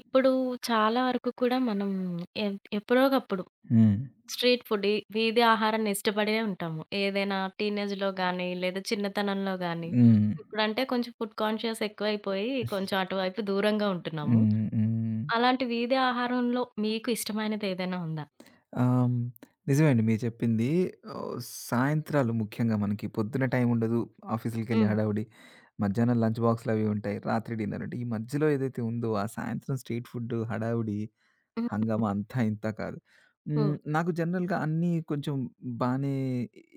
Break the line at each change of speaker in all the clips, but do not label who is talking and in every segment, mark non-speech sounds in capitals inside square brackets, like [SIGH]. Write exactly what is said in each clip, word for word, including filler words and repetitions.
ఇప్పుడు చాలా వరకు కూడా మనం ఎప్ ఎప్పుడోకప్పుడు
హ్మ్.
స్ట్రీట్ ఫుడ్ ఈ వీధి ఆహారాన్ని ఇష్టపడే ఉంటాము. ఏదైనా టీనేజ్‌లో గానీ, లేదా చిన్నతనంలో గానీ,
హ్మ్.
ఇప్పుడంటే కొంచెం ఫుడ్ కాన్షియస్ ఎక్కువైపోయి, కొంచెం అటువైపు దూరంగా ఉంటున్నాము.
హ్మ్. హ్మ్.
అలాంటి వీధి ఆహారంలో మీకు ఇష్టమైనది ఏదైనా ఉందా?
ఆహ్, హ్మ్. నిజమే అండి మీరు చెప్పింది. ఓహ్, సాయంత్రాలు ముఖ్యంగా మనకి పొద్దున టైం ఉండదు. ఆఫీసులకెళ్ళే
హ్మ్.
హడావుడి. మధ్యాహ్నం లంచ్ బాక్స్‌లవి ఉంటాయి. రాత్రి డిన్నర్ అంటే, ఈ మధ్యలో ఏదైతే ఉందో ఆ సాయంత్రం స్ట్రీట్ ఫుడ్ హడావుడి, హంగామా అంతా ఇంతా కాదు. హ్మ్.
హుహు.
నాకు జనరల్‌గా అన్నీ కొంచెం బానే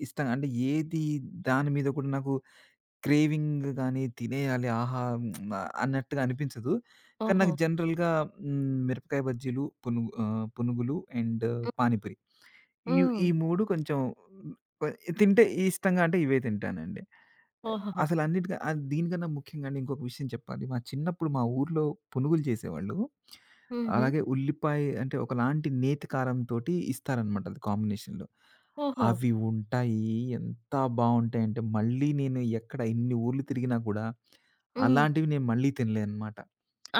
ఇష్టం. అంటే ఏది దాని మీద కూడా నాకు క్రేవింగ్ గాని, తినేయాలి ఆహా! మ్, అన్నట్టుగా అనిపించదు. కానీ
ఓహో!
నాకు జనరల్‌గా హ్మ్, మిరపకాయ బజ్జీలు, పునుగు ఆహ్, పునుగులు అండ్
హ్మ్.
పానీపూరి. ఈ
హ్మ్.
ఈ మూడు కొంచెం కొ- తింటే ఇష్టంగా అంటే ఇవే తింటానండి.
ఓహోహో!
అసలన్నిటిక ఆహ్, దీనికన్నా ముఖ్యంగా అండి ఇంకొక విషయం చెప్పాలి. మా చిన్నప్పుడు మా ఊర్లో పునుగులు చేసేవాళ్ళు.
హుహు.
అలాగే ఉల్లిపాయ అంటే ఒకలాంటి నేతి కారంతోటి ఇస్తారనమాట అది కాంబినేషన్‌లో.
ఓహో!
అవి ఉంటాయి. ఎంత బావుంటాయంటే మళ్ళీ నేను ఎక్కడ ఎన్ని ఊర్లు తిరిగినా కూడా
హ్మ్.
అలాంటివి నేను మళ్ళీ తినలేనన్నమాట.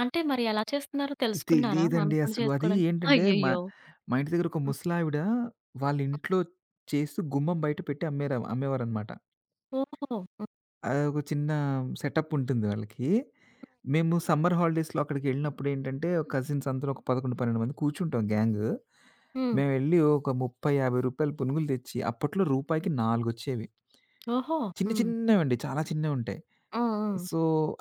అంటే మరి ఎలా చేస్తున్నారో తెలుసుకున్నారా?
తెలీదండి
మనకుండా
అసలు. అది
చేసుకోవడానికి?
ఏంటంటే మా
అయ్యయ్యో!
మా ఇంటి దగ్గర ఒక
హ్మ్.
ముసలావిడ వాళ్ళ ఇంట్లో చేస్తూ గుమ్మం బయట పెట్టి అమ్మేర అమ్మేవారనమాట.
ఓహో!
అదొక చిన్న సెటప్ ఉంటుంది వాళ్ళకి. మేము సమ్మర్ హాలిడేస్‌లో అక్కడికెళ్ళినప్పుడు ఏంటంటే కజిన్స్ అందరూ ఒక పదకొండు, పన్నెండు మంది కూర్చుంటాం గ్యాంగు.
హ్మ్.
మేమెళ్ళి ఒక రూ. ముప్ఫై, యాభై పునుగులు తెచ్చి అప్పట్లో రూపాయికి నాలుగొచ్చేవి.
ఓహో!
చిన్న
హ్మ్.
చిన్నవండి. చాలా చిన్నవుంటాయి.
ఆ!
సో,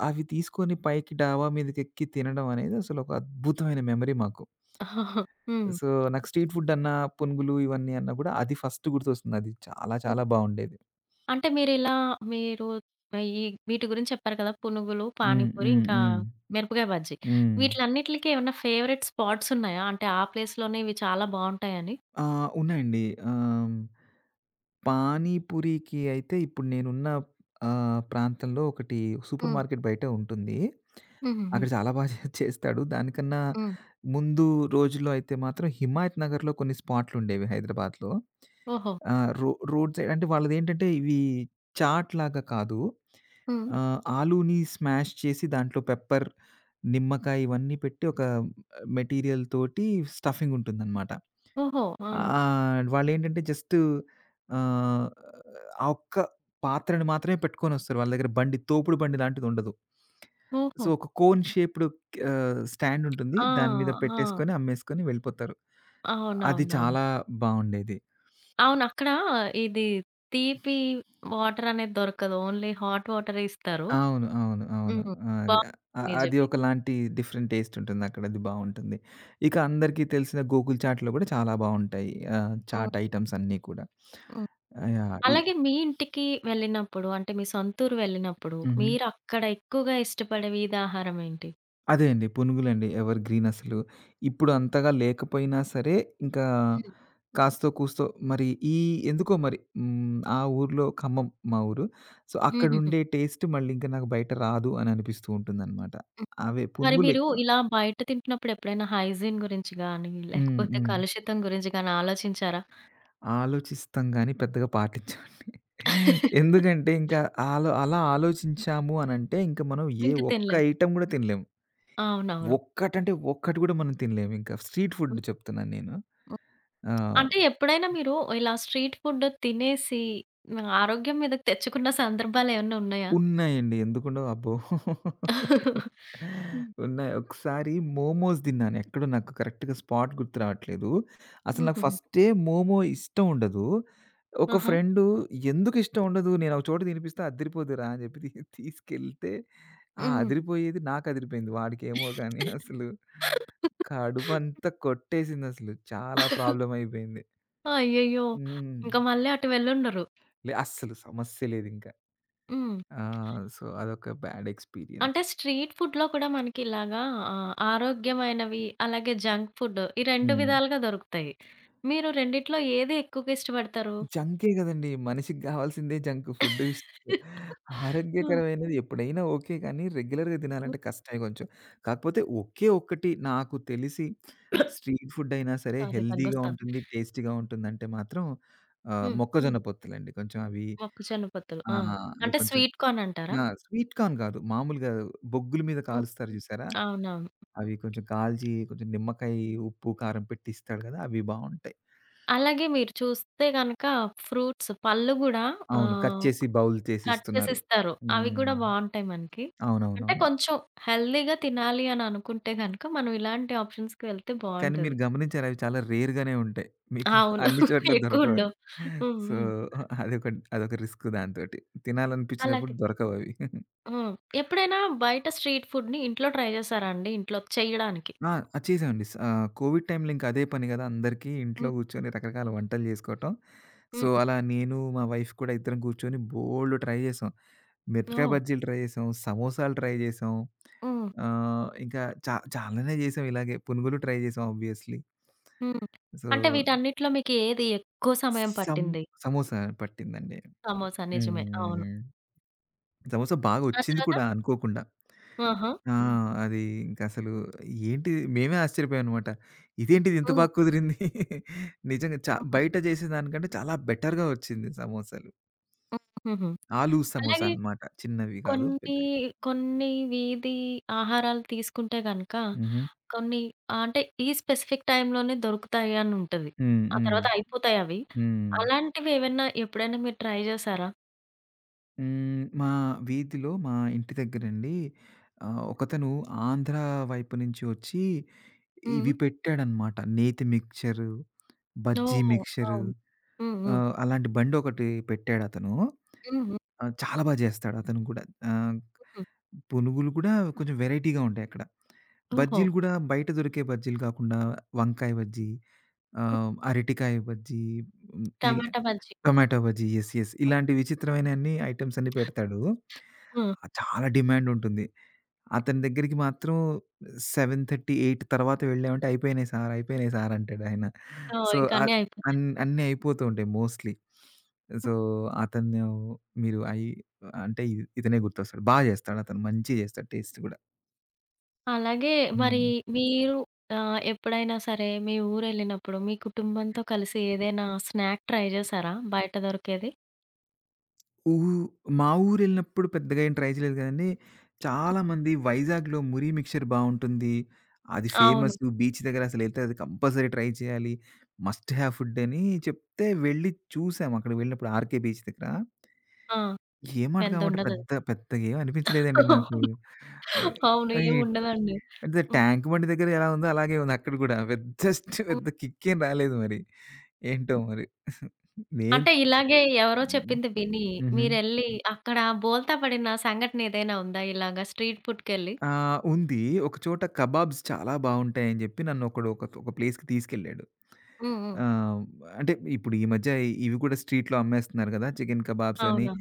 అవి తీసుకొని పైకి డాబా మీదకెక్కి తినడం అనేది అసలు ఒక అద్భుతమైన మెమరీ మాకు.
ఆ! [LAUGHS] హ్మ్.
సో, నాకు స్ట్రీట్ ఫుడ్డన్నా, పునుగులు ఇవన్నీ అన్నా గూడా అది ఫస్ట్ గుర్తొస్తుంది. అది చాలా
హ్మ్.
చాలా బావుండేది.
అంటే మీరిలా మీరు ఈ వీటి గురించి చెప్పారు కదా! పునుగులు,
హ్మ్.
పానీపూరి
హ్మ్.
ఇంకా
హ్మ్.
మిరపకాయ బజ్జీ.
హ్మ్.
వీటిలన్నిట్లికి ఏమన్నా ఫేవరెట్ స్పాట్స్ ఉన్నాయా? అంటే ఆ ప్లేస్‌లోనే ఇవి చాలా బావుంటాయని?
ఆ! ఉన్నాయండి. ఆహ్, పానీపూరికి అయితే ఇప్పుడు నేనున్న ఆహ్, ప్రాంతంలో ఒకటి సూపర్
హ్మ్.
మార్కెట్ బయట ఉంటుంది.
హుహుహు.
అక్కడ చాలా బాగా చే [LAUGHS] చేస్తాడు. దానికన్నా
హ్మ్.
ముందు రోజుల్లో అయితే మాత్రం హిమాయత్ నగర్‌లో కొన్ని స్పాట్లుండేవి హైదరాబాద్‌లో.
ఓహో!
ఆ! రో రోడ్ సైడ్ అంటే వాళ్ళదేంటంటే ఇవి చాట్‌లాగా కాదు.
హ్మ్.
ఆహ్, ఆలూని స్మాష్ చేసి దాంట్లో పెప్పర్, నిమ్మకాయ ఇవన్నీ పెట్టి ఒక మెటీరియల్ తోటి స్టఫింగ్ ఉంటుందనమాట.
ఓహో! ఆ!
ఆహ్, వాళ్ళేంటంటే జస్ట్ ఆహ్, ఆ ఒక్క పాత్రని మాత్రమే పెట్టుకొనొస్తారు. వాళ్ళ దగ్గర బండి, తోపుడు బండి లాంటిదుండదు.
ఓహో!
సో, ఒక కోన్ షేప్డ్ ఆహ్, స్టాండ్ ఉంటుంది.
ఆ!
దాని మీద
ఆ!
పెట్టేసుకొని, అమ్మేసుకొని వెళ్ళిపోతారు. అది
అవునవునవును.
చాలా బావుండేది.
అవును. అక్కడ ఇది తీపి వాటర్ అనేది దొరకదు. ఓన్లీ హాట్ వాటరే ఇస్తారు.
అవును. అవును. అవును.
హ్మ్.
ఆ, అది
బావుంటుంది.
ఆహ్, అది
నిజమే.
ఒకలాంటి డిఫరెంట్ టేస్ట్ ఉంటుందక్కడ. అది బావుంటుంది. ఇక అందరికీ తెలిసిన గోకుల్ చాట్‌లో గూడా చాలా బావుంటాయి. ఆహ్,
హ్మ్.
చాట్ ఐటెమ్స్ అన్నీ కూడా.
హ్మ్.
ఆహ్, యాహ్! ఈ
అలాగే మీ ఇంటికి వెళ్ళినప్పుడు అంటే మీ సొంతూరు వెళ్ళినప్పుడు
హుహు.
మీరక్కడ ఎక్కువగా ఇష్టపడే వీధి ఆహారం ఏంటి?
అదే అండి. పునుగులండి. ఎవర్ గ్రీన్ అసలు. ఇప్పుడు అంతగా లేకపోయినా సరే ఇంకా
హ్మ్.
కాస్తో కూస్తో మరి ఈ ఎందుకో మరి హ్మ్. ఆ ఊర్లో ఖమ్మం మా ఊరు. సో,
హుహుహు.
అక్కడుండే టేస్ట్ మళ్ళీ ఇంకా నాకు బయట రాదు అని అనిపిస్తూ ఉంటుందనమాట.
హ్మ్.
అవే
మరి
పునుగులు
మీరు
ఎక్కువ.
ఇలా బయట తింటున్నప్పుడు ఎప్పుడైనా హైజీన్ గురించి గాని,
హ్మ్.
లేకపోతే
హ్మ్.
కలుషితం గురించి గాని ఆలోచించారా?
ఆలోచిస్తాం గానీ పెద్దగా పాటించమండి. ఎందుకంటే ఇంకా ఆలో అలా ఆలోచించాము అనంటే ఇంక మనం ఏ
ఇంక
ఒక్క
తినలేం.
ఐటెమ్ గూడా తినలేము.
అవునవును.
ఒక్కటంటే ఒక్కటి గూడా మనం తినలేము ఇంకా. స్ట్రీట్ ఫుడ్
హ్మ్.
చెప్తున్నాను నేను.
హ్మ్.
ఆ!
అంటే ఎప్పుడైనా మీరు ఇలా స్ట్రీట్ ఫుడ్ తినేసి హ్మ్, ఆరోగ్యం మీదకి తెచ్చుకున్న సందర్భాలేమన్నా ఉన్నాయా?
ఉన్నాయండి. ఎందుకుండవు? అబ్బో!
హ్మ్.
ఉన్నాయి. ఒకసారి మోమోస్ తిన్నాను. ఎక్కడో నాకు కరెక్ట్‌గా స్పాట్ గుర్తు రావట్లేదు. అసలు నాకు
హుహుహు.
ఫస్టే మోమో ఇష్టం ఉండదు. ఒక
ఆహా!
ఫ్రెండు "ఎందుకిష్టం ఉండదు? నేనొక చోట తినిపిస్తే అద్దిరిపోద్దిరా" అని చెప్పి తీ తీసుకెళ్తే, ఆ
హ్మ్.
అదిరిపోయేది నాకదిరిపోయింది. వాడికేమో గాని అసలు
[LAUGHS]
కడుపంతా కొట్టేసిందసలు. చాలా ప్రాబ్లమ్ అయిపోయింది.
అయ్యయ్యో!
హ్మ్.
ఇంక మళ్ళీ అటు వెళ్ళుండరు.
లే అస్సలు సమస్య లేదింక.
హ్మ్.
ఆ! సో, అదొక బ్యాడ్ ఎక్స్‌పీరియన్స్.
అంటే స్ట్రీట్ ఫుడ్‌లో కూడా మనకి ఇలాగా ఆహ్, ఆరోగ్యమైనవి అలాగే జంక్ ఫుడ్ ఈ రెండు
హ్మ్.
విధాలుగా దొరుకుతాయి. మీరు రెండిట్లో ఏది ఎక్కువగా ఇష్టపడతారు?
జంకే గదండీ. మనిషికి గావాల్సిందే జంక్ ఫుడ్ విష్
హ్మ్.
ఆరోగ్యకరమైనది ఎప్పుడైనా ఓకే గానీ, రెగ్యులర్‌గా
హ్మ్.
తినాలంటే కష్టమే కొంచెం. కాకపోతే ఒకే ఒక్కటి నాకు తెలిసి స్ట్రీట్ ఫుడ్ అయినా సరే
సారీ
హెల్తీగా
దగ్గొస్తాంది.
ఉంటుంది, టేస్టీగా ఉంటుందంటే మాత్రం ఆహ్,
హ్మ్.
మొక్కజొన్న పొత్తులండి. కొంచెం అవి.
మొక్కజొన్న పొత్తులు.
ఆ!
ఆ!
అవి
అంటే
కొంచెం.
స్వీట్ కార్న్ అంటారా?
ఆ! స్వీట్ కార్న్ గాదు. మామూలుగా బొగ్గుల మీద
హ్మ్.
కాలుస్తారు జూసారా?
అవునవును.
అవి కొంచెం కాల్చి కొంచెం నిమ్మకాయ, ఉప్పు, కారం పెట్టి ఇస్తాడు గదా! అవి బావుంటాయి.
అలాగే మీరు చూస్తే గనక ఫ్రూట్స్, పళ్ళు గూడా
అవును. కట్
ఆహ్
చేసి బౌల్ చేసి
కట్
ఇస్తున్నారు.
చేసిస్తారు. అవి కూడా
హ్మ్.
బావుంటాయి మనకి. అంటే
అవునవునవును.
కొంచెం హెల్తీగా తినాలి అని అనుకుంటే గనక మనం ఇలాంటి ఆప్షన్స్‌కి వెళ్తే
కానీ
బావుంటది.
మీరు గమనించారా? అవి చాలా రేర్‌గానే ఉంటాయి. మీకు [LAUGHS]
అవును.
అన్ని చోట్ల
[LAUGHS]
దొరకవవి.
ఎక్కువుండవు. హ్మ్.
సో,
హ్మ్.
అదొక అదొక రిస్క్ దాంతోటి. తినాలనిపించినప్పుడు
అలాగే.
దొరకవవి.
హ్మ్. ఎప్పుడైనా బయట స్ట్రీట్ ఫుడ్‌ని ఇంట్లో ట్రై చేసారా అండి? ఇంట్లో చేయడానికి?
ఆ! అది చేసామండి. స్ ఆహ్, కోవిడ్ టైమ్‌లో ఇంకా అదే పని గదా! అందరికీ ఇంట్లో
హ్మ్.
కూర్చొని రకరకాల వంటలు జేసుకోవటం. సో,
హ్మ్.
అలా నేను మా వైఫ్ కూడా ఇద్దరం కూర్చొని బోలెడు ట్రై జేసాం. మిరపకాయ
ఓహ్!
బజ్జీలు ట్రై జేసాం, సమోసాలు ట్రై జేసాం.
హ్మ్.
ఆహ్, ఇంకా చా చాలానే జేసాం ఇలాగే. పునుగులు ట్రై జేసాం ఆబ్వియస్‌లీ.
హ్మ్.
సో,
అంటే వీటన్నిటిలో మీకు ఏది ఎక్కువ సమయం
సం
పట్టింది?
సమోసా పట్టిందండి.
సమోసా నిజమే. అవును.
హ్మ్. సమోసా బాగా
ఆ
ఒచ్చింది
తర్వాత?
కూడా అనుకోకుండా.
ఆహా!
ఆ!
హ్మ్.
అది ఇంకసలు ఏంటిది మేమే ఆశ్చర్యపోయామనమాట. ఇదేంటిది ఇంత
హ్మ్.
బాగా కుదిరింది. [LAUGHS] నిజంగా చ
హ్మ్.
బయట చేసేదానికంటే చాలా బెటర్‌గా ఒచ్చింది సమోసాలు.
హ్మ్. హుహు.
ఆలు సమోసా
అలాగే
అనమాట. చిన్నవి కాదు
కొన్ని,
పెద్దవి.
కొన్ని వీధి ఆహారాలు తీసుకుంటే గనక
హుహు.
కొన్ని ఆహ్, అంటే ఈ స్పెసిఫిక్ టైమ్‌లోనే దొరుకుతాయి అని ఉంటది.
హ్మ్.
ఆ
హ్మ్.
తర్వాత అయిపోతాయి అవి.
హ్మ్.
అలాంటివి ఏవన్నా ఎప్పుడైనా మీరు ట్రై జేసారా?
హ్మ్. మా వీధిలో మా ఇంటి దగ్గరండి ఆహ్, ఒకతను ఆంధ్ర వైపు నుంచి ఒచ్చి
హ్మ్.
ఇవి పెట్టాడనమాట. నేతి మిక్చరు, బజ్జీ
ఓహ్!
మిక్చరు,
అవును. హ్మ్. హ్మ్.
ఆహ్, అలాంటి బండొకటి పెట్టాడతను.
హ్మ్.
ఆహ్, చాలా బా జేస్తాడతను గూడా. ఆహ్,
హుహు.
పునుగులు గూడా కొంచెం వెరైటీగా ఉంటాయక్కడ.
ఓహో!
బజ్జీలు గూడా బయట దొరికే బజ్జీలు కాకుండా వంకాయ బజ్జీ,
హ్మ్.
ఆహ్, అరటికాయ బజ్జీ, హ్మ్, ఇల్
టమాటా బజ్జీ.
టొమాటో బజ్జీ. యెస్. యెస్. ఇలాంటి విచిత్రమైనన్ని ఐటెమ్స్ అన్నీ పెడతాడు.
హ్మ్.
ఆహ్, చాలా డిమాండుంటుంది. అతని దగ్గరికి మాత్రం ఏడున్నర, ఎనిమిది తర్వాత వెళ్ళామంటే "అయిపోయినాయి సార్, అయిపోయినాయి సార్" అంటాడాయన.
ఓహ్!
సో,
ఇంక అన్నీ
ఆహ్,
అయిపోతాయి.
అన్ అన్నీ అయిపోతూ ఉంటాయి మోస్ట్‌లీ. సో, అతను మీరు అయి అంటే ఇ- ఇతనే గుర్తొస్తాడు. బా చేస్తాడతను. మంచిగా చేస్తాడు టేస్ట్ కూడా.
అలాగే మరి
హ్మ్.
మీరు ఆహ్, ఎప్పుడైనా సరే మీ ఊరెళ్ళినప్పుడు మీ కుటుంబంతో కలిసి ఏదైనా స్నాక్ ట్రై జేసారా? బయట దొరికేది?
ఊ మా ఊరెళ్ళినప్పుడు పెద్దగా ఏం ట్రై చేయలేదు గానీ,
హ్మ్.
చాలామంది వైజాగ్‌లో 'మురి మిక్చర్' బావుంటుంది. అది
అవును.
ఫేమస్సు. బీచ్ దగ్గర అసలెళ్తే అది కంపల్సరీ ట్రై చేయాలి. మస్ట్ హావ్ ఫుడ్ అని చెప్తే వెళ్ళి చూసాం. అక్కడికి వెళ్ళినప్పుడు 'ఆర్‌కే బీచ్' దగ్గర.
ఆ!
ఏ మాట కామాట
పెద్దుండదు.
పెద్ద పెద్దగా ఏం అనిపించలేదండి నాకు. ఆహ్,
అవును.
ఈ
ఏముండదండి.
అంటే
హ్మ్.
ట్యాంక్ బండ్ దగ్గర ఎలా ఉందో అలాగే ఉంది అక్కడ కూడా. పెద్ద జస్ట్
హ్మ్.
పెద్ద కిక్ ఏం రాలేదు మరి. ఏంటో మరి. నేను.
అంటే ఇలాగే ఎవరో
హ్మ్.
చెప్పింది విని
హుహు.
మీరెళ్లి అక్కడ బోల్తా పడిన సంఘటన ఏదైనా ఉందా ఇలాగ స్ట్రీట్ ఫుడ్‌కెళ్ళి?
ఆ! ఉంది. ఒకచోట కబాబ్స్ చాలా బావుంటాయని జెప్పి నన్నొకడు ఒక ఒక ప్లేస్‌కి తీసుకెళ్ళాడు.
హ్మ్. హ్మ్.
ఆహ్, అంటే ఇప్పుడు ఈ మధ్య ఇవి కూడా స్ట్రీట్‌లో అమ్మేస్తున్నారు గదా! చికెన్ కబాబ్స్ అని
అవునా?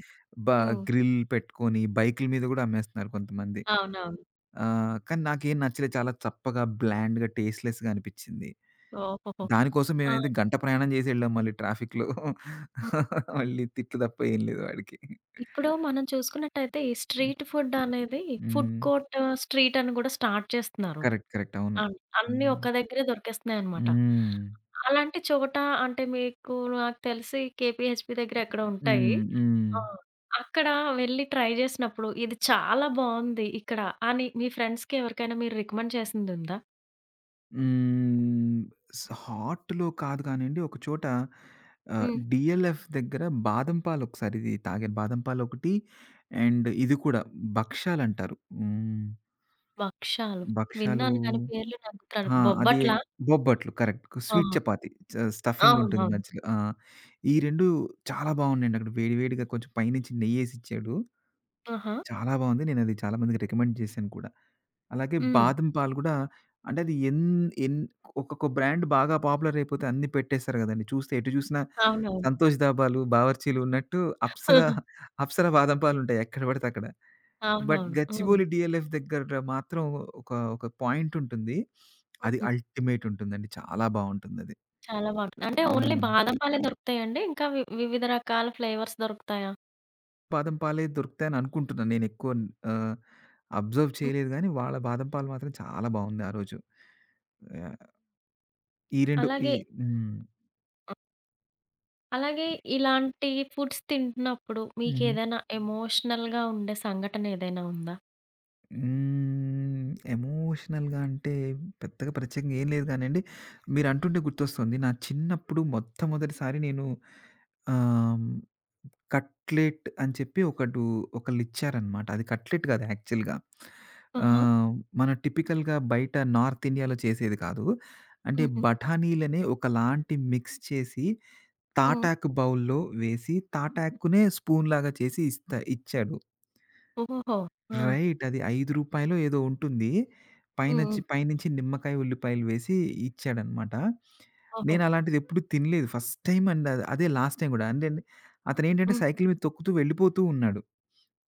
బ
హ్మ్.
గ్రిల్ పెట్టుకొని బైకుల మీద గూడా అమ్మేస్తున్నారు కొంతమంది.
అవునవును.
ఆహ్, కానీ నాకేం నచ్చలేదు. చాలా చప్పగా, బ్లాండ్‌గా, టేస్ట్‌లెస్‌గా అనిపిచ్చింది.
ఓహోహో!
దానికోసం
ఆ!
మేమైతే గంట ప్రయాణం చేసి ఎళ్ళాం మళ్ళీ ట్రాఫిక్‌లో.
హ్మ్.
మళ్ళీ తిట్లు తప్ప ఏం లేదు వాడికి.
ఇప్పుడు మనం చూసుకున్నట్టయితే ఈ స్ట్రీట్ ఫుడ్ అనేది ఫుడ్
హ్మ్.
కోర్ట్, స్ట్రీట్ అని గూడా స్టార్ట్ చేస్తున్నారు.
కరెక్ట్. కరెక్ట్. అవును.
అవును. అన్నీ
హ్మ్.
ఒక్క దగ్గరే దొరికేస్తున్నాయనమాట.
హ్మ్.
అలాంటి చోట అంటే మీకు నాకు తెలిసి కేపీహెచ్‌పీ దగ్గర ఎక్కడో ఉంటాయి.
హ్మ్. హ్మ్.
ఆ! అక్కడ వెళ్లి ట్రై జేసినప్పుడు ఇది చాలా బావుంది ఇక్కడ అని మీ ఫ్రెండ్స్‌కి ఎవరికైనా మీరు రికమెండ్ చేసిందుందా?
హ్మ్. స్ హాట్‌లో కాదు కానియండి, ఒక చోట ఆహ్,
హ్మ్.
'డీఎల్ఎఫ్' దగ్గర బాదం పాలు ఒకసారి తాగాను. బాదం పాలు ఒకటి అండ్ ఇది కూడా భక్షాలంటారు. హ్మ్.
భక్షాలు.
భక్షాలు.
విన్నాను కానీ పేర్లు నాకు త
ఆ! అదే
బొబ్బట్లా?
బొబ్బట్లు కరెక్ట్.
ఆ!
స్వీట్ చపాతీ చ స్టఫింగ్ ఉంటుంది
అవునవును.
మధ్యలో. ఆ! ఈ రెండు చాలా బాగున్నాయండి. అక్కడ వేడి వేడిగా కొంచెం పైనుంచి నెయ్యేసి ఇచ్చాడు.
ఆహా!
చాలా బావుంది. నేనది చాలా మందికి రికమెండ్ చేశాను కూడా. అలాగే
హ్మ్.
బాదం పాలు కూడా అంటే అది ఎన్ ఎన్ ఒక్కొక్క బ్రాండ్ బాగా పాపులర్ అయిపోతే అన్నీ పెట్టేస్తారు గదండీ. చూస్తే ఎటు జూసినా
అవునవును.
సంతోష్ దాబాలు, బావర్చీలు ఉన్నట్టు అప్సర,
[LAUGHS]
అప్సర బాదం పాలుంటాయి ఎక్కడ పడితే అక్కడ. బట్
అవునవును. హ్మ్.
గచ్చిబౌలి డీఎల్ఎఫ్ దగ్గర మాత్రం ఒక ఒక పాయింట్ ఉంటుంది. అది
హ్మ్.
అల్టిమేట్ ఉంటుందండి. చాలా బావుంటుందది.
చాలా బావుంటుంది. అంటే ఓన్లీ
హ్మ్.
బాదం పాలే దొరుకుతాయండి? ఇంకా వి వివిధ రకాల ఫ్లేవర్స్ దొరుకుతాయా?
బాదం పాలే దొరుకుతాయని అనుకుంటున్నా. నేనెక్కువ ఆహ్, అబ్జర్వ్ చేయలేదు గానీ, వాళ్ళ బాదం పాలు మాత్రం చాలా బావుంది ఆ రోజు. యాహ్! ఈ రెండు. ఈ
అలాగే
హ్మ్.
అ అలాగే ఇలాంటి ఫుడ్స్ తింటున్నప్పుడు
హుహు.
మీకేదైనా ఎమోషనల్‌గా ఉండే సంఘటన ఏదైనా ఉందా?
హ్మ్. ఎమోషనల్‌గా అంటే పెద్దగా ప్రత్యేకంగా ఏం లేదు గానండి. మీరంటుంటే గుర్తొస్తుంది. నా చిన్నప్పుడు మొట్టమొదటిసారి నేను ఆహ్ కట్లెట్ అని చెప్పి ఒకడు ఒకళ్ళిచ్చారనమాట. అది కట్లెట్ కాదు యాక్చువల్‌గా.
ఆహా!
ఆహ్, మన టిపికల్‌గా బయట నార్త్ ఇండియాలో చేసేది కాదు. అంటే
హుహు.
బఠానీలనే ఒకలాంటి మిక్స్ చేసి
హ్మ్.
తాటాకు బౌల్‌లో వేసి తాటాకునే స్పూన్‌లాగా చేసి ఇస్తా ఇచ్చాడు.
ఓహో! ఆ!
రైట్. అది రూ. ఐదు ఏదో ఉంటుంది.
హ్మ్.
పైనొచ్చి
హ్మ్.
పైనుంచి నిమ్మకాయ, ఉల్లిపాయలు వేసి ఇచ్చాడనమాట.
ఓహో!
నేనలాంటిదెప్పుడు తినలేదు. ఫస్ట్ టైమ్ అండి అదే లాస్ట్ టైమ్ గూడా. అంటే అండి అతనేంటంటే
హ్మ్.
సైకిల్ మీద తొక్కుతూ వెళ్ళిపోతూ ఉన్నాడు.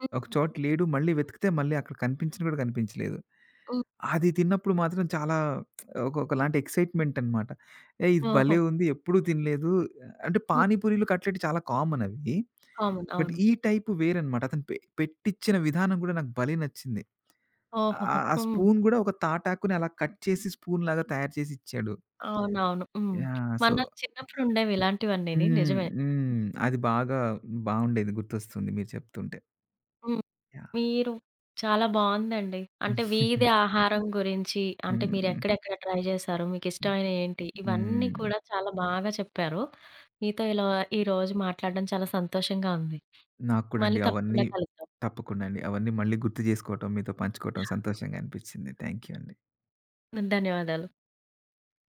హ్మ్.
ఒక చోట లేడు. మళ్ళీ వెతికితే మళ్ళీ అక్కడ కనిపించను కూడా కనిపించలేదు.
హ్మ్.
అది తిన్నప్పుడు మాత్రం చాలా ఒక ఒకలాంటి ఎక్సైట్‌మెంట్ అన్నమాట. ఏయ్! ఇది
ఓహో!
భలే ఉంది. ఎప్పుడూ తినలేదు. అంటే
హ్మ్.
పానీపూరీలు, కట్లెట్ చాలా కామన్ అవి.
కామన్.
బట్
అవును.
ఈ టైపు వేరన్నమాట. అతను పె పెట్టిచ్చిన విధానం కూడా నాకు భలే నచ్చింది.
ఓహోహో!
ఆహ్, ఆ
హ్మ్.
స్పూన్ కూడా ఒక తాటాకుని అలా కట్ చేసి స్పూన్‌లాగా తయారు చేసి ఇచ్చాడు.
అవునవును. హ్మ్.
యాహ్! సో.
మన చిన్నప్పుడు ఉండేవి ఇలాంటివన్నీని
హ్మ్.
నిజమే.
హ్మ్. అది బాగా బావుండేది. గుర్తొస్తుంది మీరు చెప్తుంటే. యాహ్!
మీరు చాలా బావుందండి. అంటే వీధి ఆహారం గురించి, అంటే
హ్మ్. [LAUGHS]
మీరెక్కడెక్కడ ట్రై చేశారు? మీకిష్టమైనయి ఏంటి? ఇవన్నీ
హ్మ్.
కూడా చాలా బాగా చెప్పారు. మీతో ఇలా ఈరోజు మాట్లాడడం చాలా సంతోషంగా ఉంది.
నాకు కూడా అండి.
మళ్ళీ
అవన్నీ
తప్పకుండా కలుద్దాం.
తప్పకుండా అండి. అవన్నీ మళ్ళీ గుర్తు జేసుకోవటం, మీతో పంచుకోవటం సంతోషంగా అనిపిచ్చింది. థాంక్ యూ అండి.
ధన్యవాదాలు.